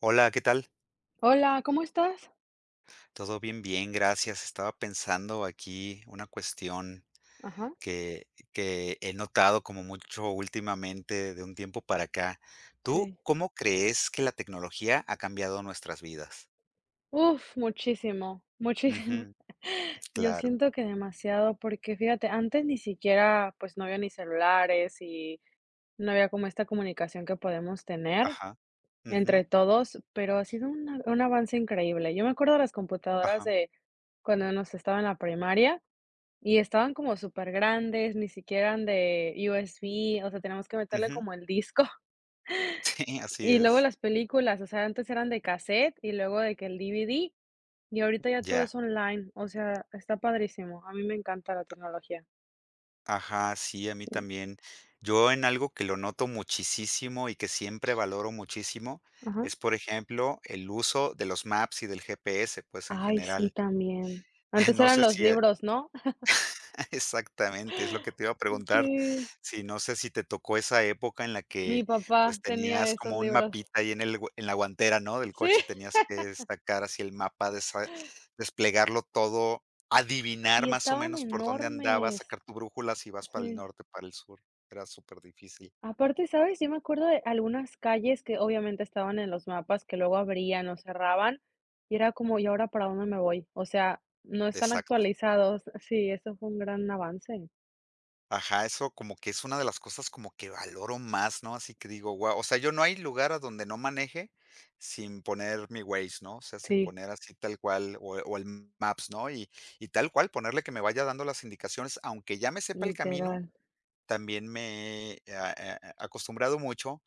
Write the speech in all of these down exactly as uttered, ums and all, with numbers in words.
Hola, ¿qué tal? Hola, ¿cómo estás? Todo bien, bien, gracias. Estaba pensando aquí una cuestión Ajá, que, que he notado como mucho últimamente de un tiempo para acá. ¿Tú sí. cómo crees que la tecnología ha cambiado nuestras vidas? Uf, muchísimo, muchísimo. Ujú, Yo claro. siento que demasiado, porque fíjate, antes ni siquiera, pues no había ni celulares y no había como esta comunicación que podemos tener Ajá. Ujú, entre todos, pero ha sido una- un avance increíble. Yo me acuerdo de las computadoras ajá. de cuando nos estaba en la primaria y estaban como súper grandes, ni siquiera eran de U S B, o sea, teníamos que meterle Ujú. como el disco. Sí, así Y luego es. las películas, o sea, antes eran de cassette y luego de que el D V D. Y ahorita ya todo es Ya. online, o sea, está padrísimo. A mí me encanta la tecnología. Ajá, sí, a mí Sí. también. Yo en algo que lo noto muchísimo y que siempre valoro muchísimo Ajá. es, por ejemplo, el uso de los maps y del G P S, pues, en Ay, sí, general. también. Antes No eran sé los si eh, libros, ¿no? exactamente, es lo que te iba a preguntar. Sí. Si no sé si te tocó esa época en la Mi que, papá pues, tenía tenías esos como un libros. mapita ahí en el gua en la guantera, ¿no?, del Sí. coche, y tenías que sacar así el mapa, desa desplegarlo todo, adivinar Y más o estaban menos por dónde andabas, enormes. sacar tu brújula si vas para el Sí. norte, para el sur. Era súper difícil. Aparte, ¿sabes? Yo me acuerdo de algunas calles que obviamente estaban en los mapas, que luego abrían o cerraban, y era como, ¿y ahora para dónde me voy? O sea, no están Exacto. actualizados. Sí, eso fue un gran avance. Ajá, eso como que es una de las cosas como que valoro más, ¿no? Así que digo, guau, o sea, yo no hay lugar a donde no maneje sin poner mi Waze, ¿no? O sea, sin Sí, poner así tal cual o o el Maps, ¿no? Y y tal cual ponerle que me vaya dando las indicaciones, aunque ya me sepa el camino, literal. también me he a a a- acostumbrado mucho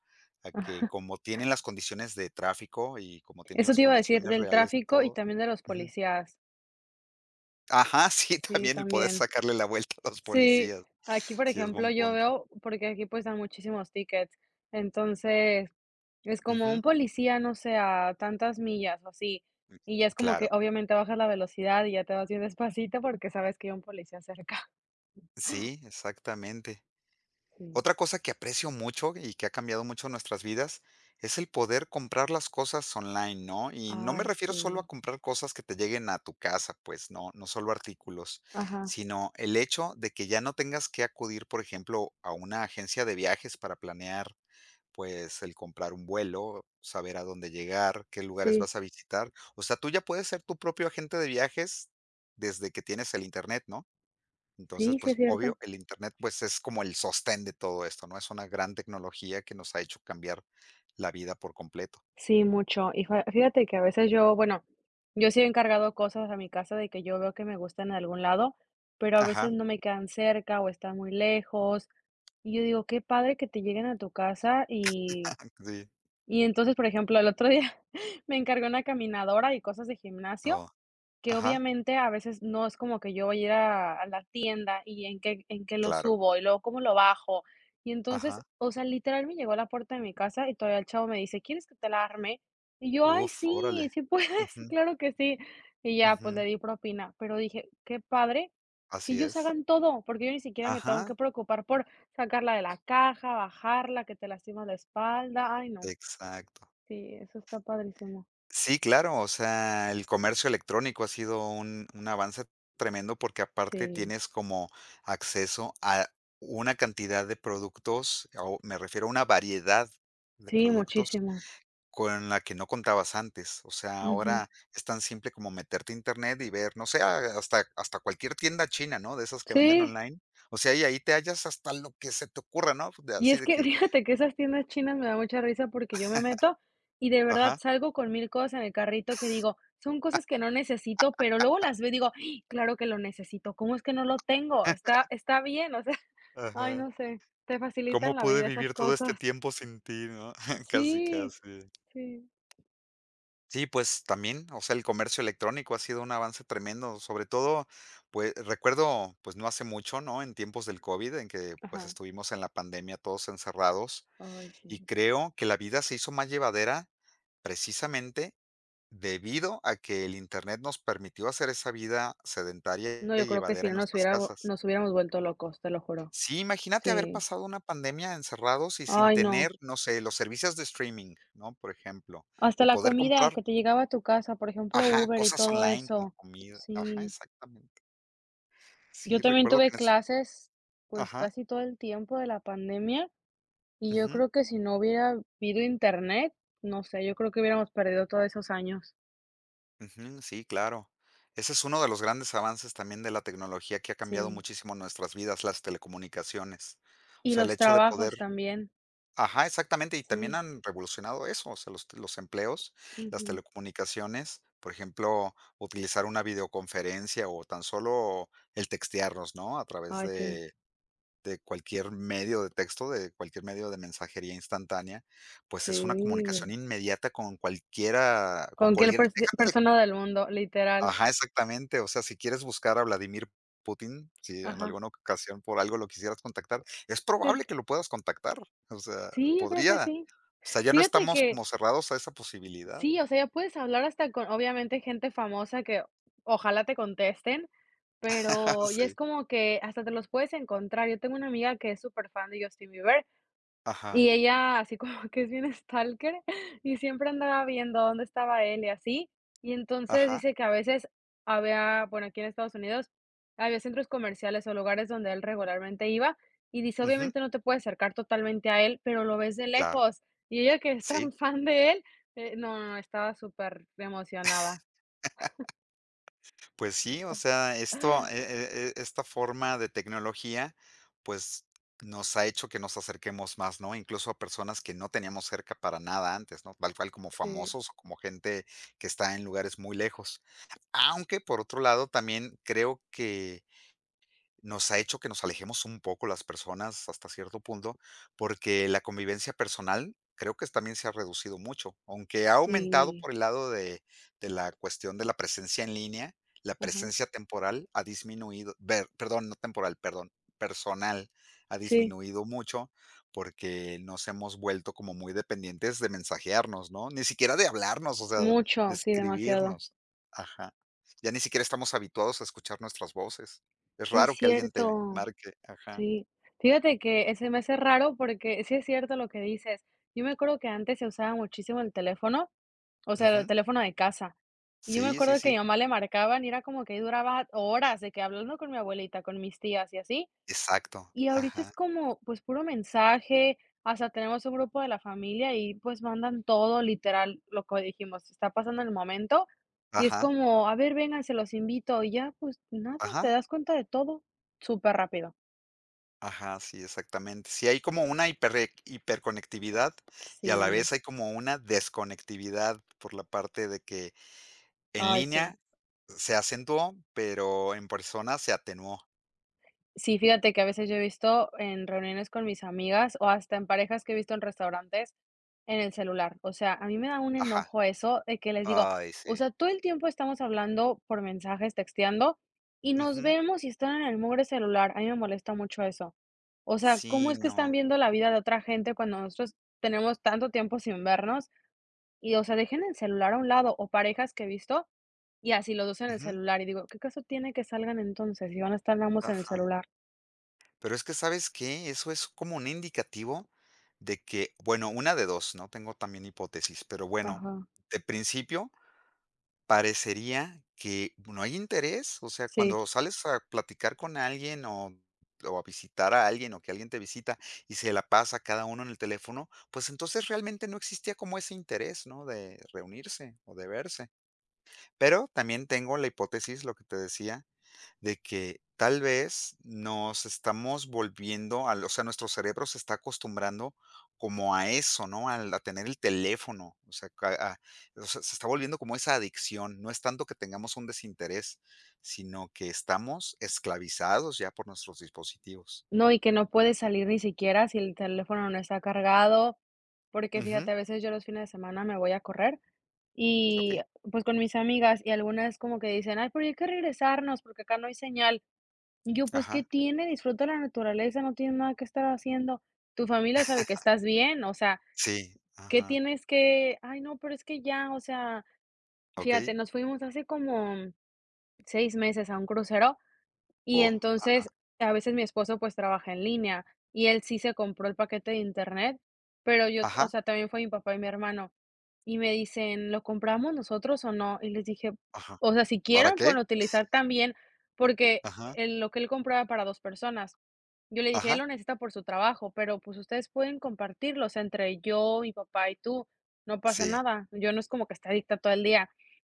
a que como tienen las condiciones de tráfico y como tienen Eso las te iba a decir, condiciones del reales de tráfico y todo. también de los Ujú. policías. Ajá, sí, Sí, también el poder también. sacarle la vuelta a los Sí, policías. aquí, por Sí, es ejemplo, buen yo punto. veo, porque aquí pues dan muchísimos tickets, entonces es como un Ujú. policía, no sé, a tantas millas o así, y ya es como que Claro, obviamente bajas la velocidad y ya te vas bien despacito porque sabes que hay un policía cerca. sí, exactamente. Sí. Otra cosa que aprecio mucho y que ha cambiado mucho nuestras vidas es el poder comprar las cosas online, ¿no? Y no me Ay, refiero solo a sí. comprar cosas que te lleguen a tu casa, pues no, no solo artículos, Ajá. sino el hecho de que ya no tengas que acudir, por ejemplo, a una agencia de viajes para planear, pues el comprar un vuelo, saber a dónde llegar, qué lugares Sí, vas a visitar. O sea, tú ya puedes ser tu propio agente de viajes desde que tienes el internet, ¿no? Entonces, sí, sí pues, es cierto. obvio, el Internet, pues, es como el sostén de todo esto, ¿no? Es una gran tecnología que nos ha hecho cambiar la vida por completo. Sí, mucho. Y fa fíjate que a veces yo, bueno, yo sí he encargado cosas a mi casa de que yo veo que me gustan en algún lado, pero a veces Ajá, no me quedan cerca o están muy lejos. Y yo digo, qué padre que te lleguen a tu casa y sí, y entonces, por ejemplo, el otro día me encargué una caminadora y cosas de gimnasio, oh, que ajá, obviamente a veces no es como que yo voy a ir a a la tienda y en qué en qué lo claro, subo y luego cómo lo bajo. Y entonces, ajá. o sea, literal me llegó a la puerta de mi casa y todavía el chavo me dice: "¿Quieres que te la arme?". Y yo: "Ay, Uf, sí, órale. sí puedes, Ujú, claro que sí". Y ya, pues le ujú, di propina, pero dije: "Qué padre que así ellos es. hagan todo", porque yo ni siquiera me tengo Ajá, que preocupar por sacarla de la caja, bajarla, que te lastimas la espalda. Ay, no. exacto. Sí, eso está padrísimo. Sí, claro, o sea, el comercio electrónico ha sido un un avance tremendo porque aparte Sí, tienes como acceso a una cantidad de productos, o me refiero a una variedad de sí, productos muchísimo. con la que no contabas antes. O sea, Ujú. ahora es tan simple como meterte a internet y ver, no sé, a hasta hasta cualquier tienda china, ¿no? De esas que venden Sí. online. O sea, y ahí te hallas hasta lo que se te ocurra, ¿no? De Y así es de que que fíjate que esas tiendas chinas me da mucha risa porque yo me meto y de verdad ajá, salgo con mil cosas en el carrito que digo, son cosas que no necesito, pero luego las veo y digo: "Ay, claro que lo necesito, ¿cómo es que no lo tengo? Está, está bien, o sea, ay, ajá. no sé, te facilitan ¿Cómo la pude vida esas vivir todo este cosas". tiempo sin ti, no? Casi, Sí, casi. sí, Sí, pues también, o sea, el comercio electrónico ha sido un avance tremendo, sobre todo, pues recuerdo, pues no hace mucho, ¿no? En tiempos del COVID, en que pues ajá, estuvimos en la pandemia todos encerrados. ay, Y sí. creo que la vida se hizo más llevadera precisamente debido a que el Internet nos permitió hacer esa vida sedentaria No, yo y creo que si llevadera no en nos nuestras hubiera, vu- casas. nos hubiéramos vuelto locos, te lo juro. Sí, imagínate haber Sí, pasado una pandemia encerrados y sin ay, no. tener, no sé, los servicios de streaming, ¿no? Por ejemplo, Hasta el la poder comida comprar, que te llegaba a tu casa, por ejemplo, ajá, Uber y cosas todo online como eso. comida. Ajá, Sí. exactamente. Yo Sí, también recuerdo tuve que en ese clases, pues, ajá. casi todo el tiempo de la pandemia, y yo Ujú. creo que si no hubiera habido internet, no sé, yo creo que hubiéramos perdido todos esos años. Ujú, sí, claro. Ese es uno de los grandes avances también de la tecnología que ha cambiado Sí. muchísimo nuestras vidas, las telecomunicaciones. O Y sea, el los hecho de poder trabajos también. ajá, exactamente, y también Sí. han revolucionado eso, o sea, los los empleos, las Ujú. telecomunicaciones, por ejemplo, utilizar una videoconferencia o tan solo el textearnos, ¿no? A través Ay, sí. de de cualquier medio de texto, de cualquier medio de mensajería instantánea, pues Sí. es una comunicación inmediata con cualquiera con Con cualquier cualquier persi déjate. persona del mundo, literal. Ajá, exactamente. O sea, si quieres buscar a Vladimir Putin, si en Ajá. alguna ocasión por algo lo quisieras contactar, es Sí. probable que lo puedas contactar. O sea, Sí, yo creo que podría. sí. O sea, ya no Fíjate estamos que, como cerrados a esa posibilidad. sí, o sea, ya puedes hablar hasta con, obviamente, gente famosa que ojalá te contesten, pero y es Sí. como que hasta te los puedes encontrar. Yo tengo una amiga que es súper fan de Justin Bieber y Ajá, ella así como que es bien stalker y siempre andaba viendo dónde estaba él y así. Y entonces ajá. dice que a veces había, bueno, aquí en Estados Unidos había centros comerciales o lugares donde él regularmente iba y dice, Ujú. obviamente no te puedes acercar totalmente a él, pero lo ves de Claro. lejos. Y ella que es Sí. tan fan de él, eh, no, no, no, estaba súper emocionada. Pues sí, o sea, esto, e e e esta forma de tecnología, pues, nos ha hecho que nos acerquemos más, ¿no? Incluso a personas que no teníamos cerca para nada antes, ¿no? Tal cual como Sí, famosos o como gente que está en lugares muy lejos. Aunque por otro lado, también creo que nos ha hecho que nos alejemos un poco las personas hasta cierto punto, porque la convivencia personal creo que también se ha reducido mucho, aunque ha aumentado sí, por el lado de, de la cuestión de la presencia en línea, la ajá, presencia temporal ha disminuido, ver, perdón, no temporal, perdón, personal ha sí, disminuido mucho porque nos hemos vuelto como muy dependientes de mensajearnos, ¿no? Ni siquiera de hablarnos, o sea, de mucho, sí, demasiado. escribirnos. Ajá. Ya ni siquiera estamos habituados a escuchar nuestras voces. Es Es raro que alguien te cierto. marque. Ajá. Sí, fíjate que, eh, se me hace raro porque sí es cierto lo que dices. Yo me acuerdo que antes se usaba muchísimo el teléfono, o sea, el Ujú. teléfono de casa. Y yo me Sí, sí, acuerdo que a mi sí. mamá le marcaban y era como que ahí duraba horas de que hablando con mi abuelita, con mis tías y así. Exacto. Y ahorita es Ajá. como, pues, puro mensaje, hasta tenemos un grupo de la familia y, pues, mandan todo literal, lo que dijimos, está pasando en el momento y es Ajá. como: "A ver, vengan, se los invito", y ya, pues, nada, te Ajá. das cuenta de todo súper rápido. Ajá, sí, exactamente. Sí, hay como una hiper hiperconectividad y a la Sí. vez hay como una desconectividad por la parte de que en Ay, sí. línea se acentuó, pero en persona se atenuó. Sí, fíjate que a veces yo he visto en reuniones con mis amigas o hasta en parejas que he visto en restaurantes en el celular. O sea, a mí me da un Ajá. enojo eso de que les digo, Ay, o sí. sea, todo el tiempo estamos hablando por mensajes, texteando y nos Ujú. vemos y están en el mugre celular. A mí me molesta mucho eso. O sea, ¿cómo Sí, es que están no. viendo la vida de otra gente cuando nosotros tenemos tanto tiempo sin vernos? Y, o sea, dejen el celular a un lado, o parejas que he visto, y así los dos en el Ujú. celular, y digo, ¿qué caso tiene que salgan entonces, si van a estar ambos en el Ajá. celular? Pero es que, ¿sabes qué? Eso es como un indicativo de que, bueno, una de dos ¿no? Tengo también hipótesis, pero bueno, Ajá, de principio parecería que no hay interés, o sea, sí. cuando sales a platicar con alguien o o a visitar a alguien o que alguien te visita y se la pasa cada uno en el teléfono, pues entonces realmente no existía como ese interés, ¿no? De reunirse o de verse. Pero también tengo la hipótesis, lo que te decía, de que tal vez nos estamos volviendo al o sea, nuestro cerebro se está acostumbrando como a eso, ¿no? Al a tener el teléfono, o sea, ca a o sea, se está volviendo como esa adicción, no es tanto que tengamos un desinterés, sino que estamos esclavizados ya por nuestros dispositivos. No, y que no puedes salir ni siquiera si el teléfono no está cargado, porque Ujú, fíjate, a veces yo los fines de semana me voy a correr y, okey, pues, con mis amigas, y algunas como que dicen: "Ay, pero hay que regresarnos porque acá no hay señal". Y yo: "Pues, ¿qué ajá, tiene? Disfruta la naturaleza, no tienes nada que estar haciendo. Tu familia sabe que estás bien, o sea, sí, ¿qué ajá, tienes que? Ay, no, pero es que ya, o sea, fíjate, okey, nos fuimos hace como seis meses a un crucero y oh, ajá, entonces, a veces mi esposo, pues, trabaja en línea, y él sí se compró el paquete de Internet, pero yo, o ajá, sea, también fue mi papá y mi hermano, y me dicen: '¿Lo compramos nosotros o no?'. Y les dije: ajá, 'O sea, si ¿para quieren, pueden qué? utilizar también', porque Ajá, el lo que él compraba para dos personas. Yo le dije: 'Él ajá, lo necesita por su trabajo, pero, pues, ustedes pueden compartirlo, entre yo, mi papá y tú, no pasa sí, nada'. Yo no es como que esté adicta todo el día.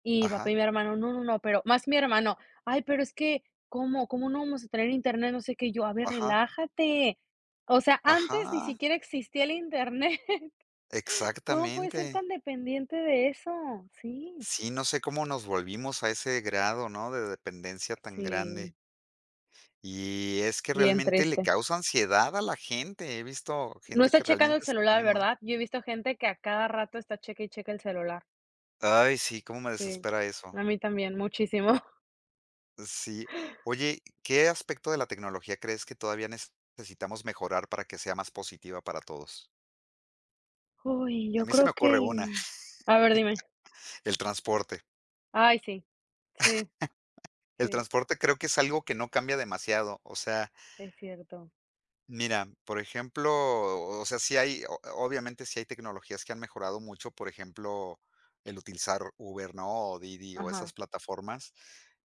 Y mi papá y ajá, mi hermano: 'No, no, no', pero más mi hermano: 'Ay, pero es que ¿cómo? ¿Cómo no vamos a tener internet? No sé qué. Yo, a ver, ajá, relájate. O sea, antes ni ajá, siquiera existía el internet'. ¿Cómo puedes ser tan exactamente. dependiente de eso?". Sí, Sí, no sé cómo nos volvimos a ese grado, ¿no?, de dependencia tan grande. sí, Y es que bien realmente le triste. causa ansiedad a la gente. He visto No gente estás que checando el realmente se celular, pone mal. ¿verdad? Yo he visto gente que a cada rato está cheque y cheque el celular. Ay, sí, cómo me Sí, desespera eso. a mí también, muchísimo. Sí. Oye, ¿qué aspecto de la tecnología crees que todavía necesitamos mejorar para que sea más positiva para todos? Uy, A yo mí se creo me ocurre una, que a ver, dime. el transporte. Ay, sí. Sí, El sí, transporte creo que es algo que no cambia demasiado. O sea, es cierto. mira, por ejemplo, o sea, sí hay, o- obviamente sí hay tecnologías que han mejorado mucho, por ejemplo, el utilizar Uber, ¿no? O Didi o Ajá, esas plataformas,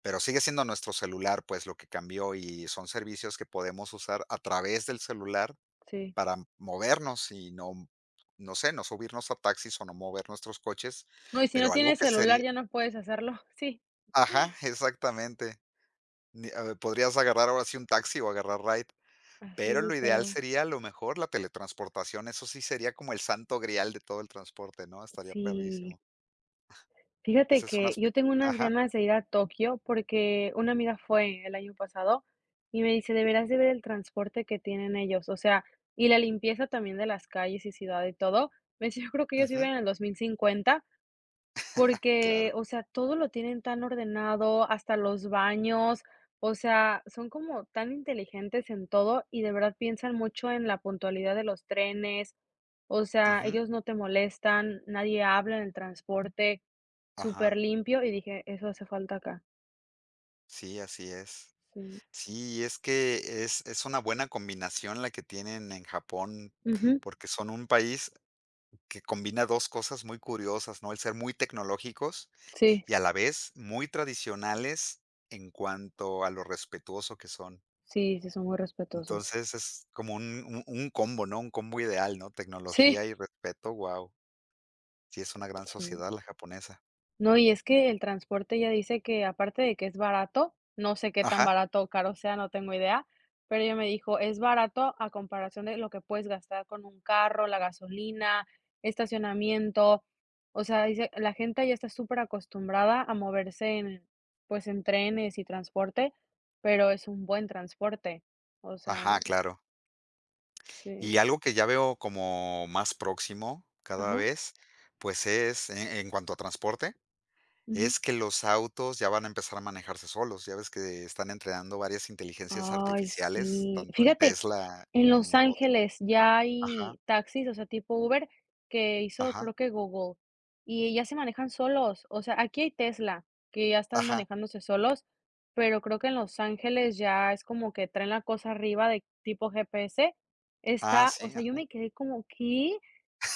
pero sigue siendo nuestro celular, pues lo que cambió y son servicios que podemos usar a través del celular sí. para movernos y no, no sé, no subirnos a taxis o no mover nuestros coches, No, y si no pero algo tienes que celular, sería, ya no puedes hacerlo. Sí. ajá, exactamente. Ni- a ver, podrías agarrar ahora sí un taxi o agarrar ride. Así Pero lo ideal literal. sería a lo mejor la teletransportación, eso sí sería como el santo grial de todo el transporte, ¿no? Estaría Sí. perrísimo. Fíjate Ese es un que yo aspecto tengo unas ajá, ganas de ir a Tokio porque una amiga fue el año pasado y me dice, deberás de ver el transporte que tienen ellos, o sea, y la limpieza también de las calles y ciudad y todo. Me dice, yo creo que ellos ujú, viven en el dos mil cincuenta. Porque, claro, o sea, todo lo tienen tan ordenado, hasta los baños, o sea, son como tan inteligentes en todo y de verdad piensan mucho en la puntualidad de los trenes, o sea, ujú, ellos no te molestan, nadie habla en el transporte, súper ajá, limpio y dije: "Eso hace falta acá". sí, así es. Sí. Sí, es que es es una buena combinación la que tienen en Japón, Ujú. porque son un país que combina dos cosas muy curiosas, ¿no? El ser muy tecnológicos Sí, y a la vez muy tradicionales en cuanto a lo respetuoso que son. sí, sí, son muy respetuosos. Entonces, es como un un un combo, ¿no? Un combo ideal, ¿no? Sí, Tecnología y respeto, wow. Sí, es una gran sí. sociedad la japonesa. No, y es que el transporte ya dice que aparte de que es barato, no sé qué tan Ajá, barato o caro sea, no tengo idea, pero ella me dijo, es barato a comparación de lo que puedes gastar con un carro, la gasolina, estacionamiento. O sea, dice, la gente ya está súper acostumbrada a moverse en, pues, en trenes y transporte, pero es un buen transporte. O sea, ajá, claro. sí. Y algo que ya veo como más próximo cada Ajá. vez, pues es, e en cuanto a transporte, Ujú. es que los autos ya van a empezar a manejarse solos. Ya ves que están entrenando varias inteligencias Ay, artificiales, sí. tanto en Fíjate, Tesla en como Los en otros. Ángeles ya Ajá, hay taxis, o sea, tipo Uber, que hizo ajá, creo que Google, y ya se manejan solos. O sea, aquí hay Tesla, que ya están ajá. manejándose solos, pero creo que en Los Ángeles ya es como que traen la cosa arriba de tipo G P S. Ah, Está, o sí, sea, yo ajá. me quedé como, ¿qué?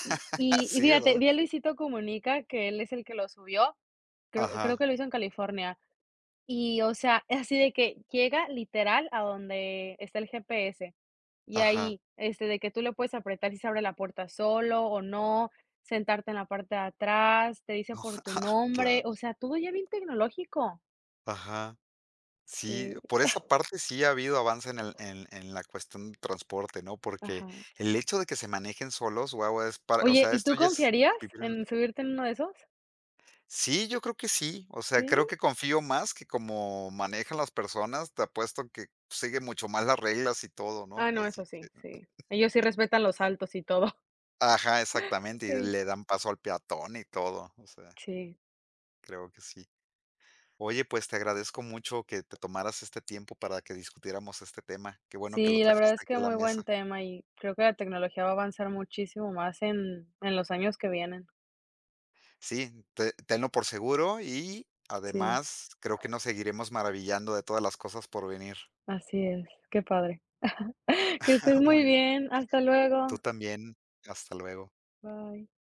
Y, y y Sí, fíjate, ¿verdad? vi a Luisito Comunica, que él es el que lo subió, creo, creo Ajá, que lo hizo en California. Y, o sea, es así de que llega literal a donde está el G P S. Y ajá. ahí, este, de que tú le puedes apretar si se abre la puerta solo o no, sentarte en la parte de atrás, te dice por tu nombre, Claro. o sea, todo ya bien tecnológico. Ajá. Sí, Sí, por esa parte sí ha habido avance en el en en la cuestión de transporte, ¿no? Porque ajá. el hecho de que se manejen solos, guau, es para o Oye, sea, ¿y esto tú ya es confiarías vivir en en subirte en uno de esos? sí, yo creo que sí. O sea, ¿Sí? creo que confío más que como manejan las personas, te apuesto que sigue mucho más las reglas y todo, ¿no? Ah, no, eso Así que sí, sí. Ellos sí respetan los saltos y todo. ajá, exactamente, y Sí, le dan paso al peatón y todo, o sea, sí. creo que sí. Oye, pues, te agradezco mucho que te tomaras este tiempo para que discutiéramos este tema. Qué bueno que lo Sí, la verdad trajiste es aquí que a la muy mesa. buen tema y creo que la tecnología va a avanzar muchísimo más en, en los años que vienen. Sí, te tenlo por seguro y Sí, además creo que nos seguiremos maravillando de todas las cosas por venir. así es. Qué padre. Que estés muy Muy bien. bien. Hasta Tú luego. también. Hasta luego. Bye.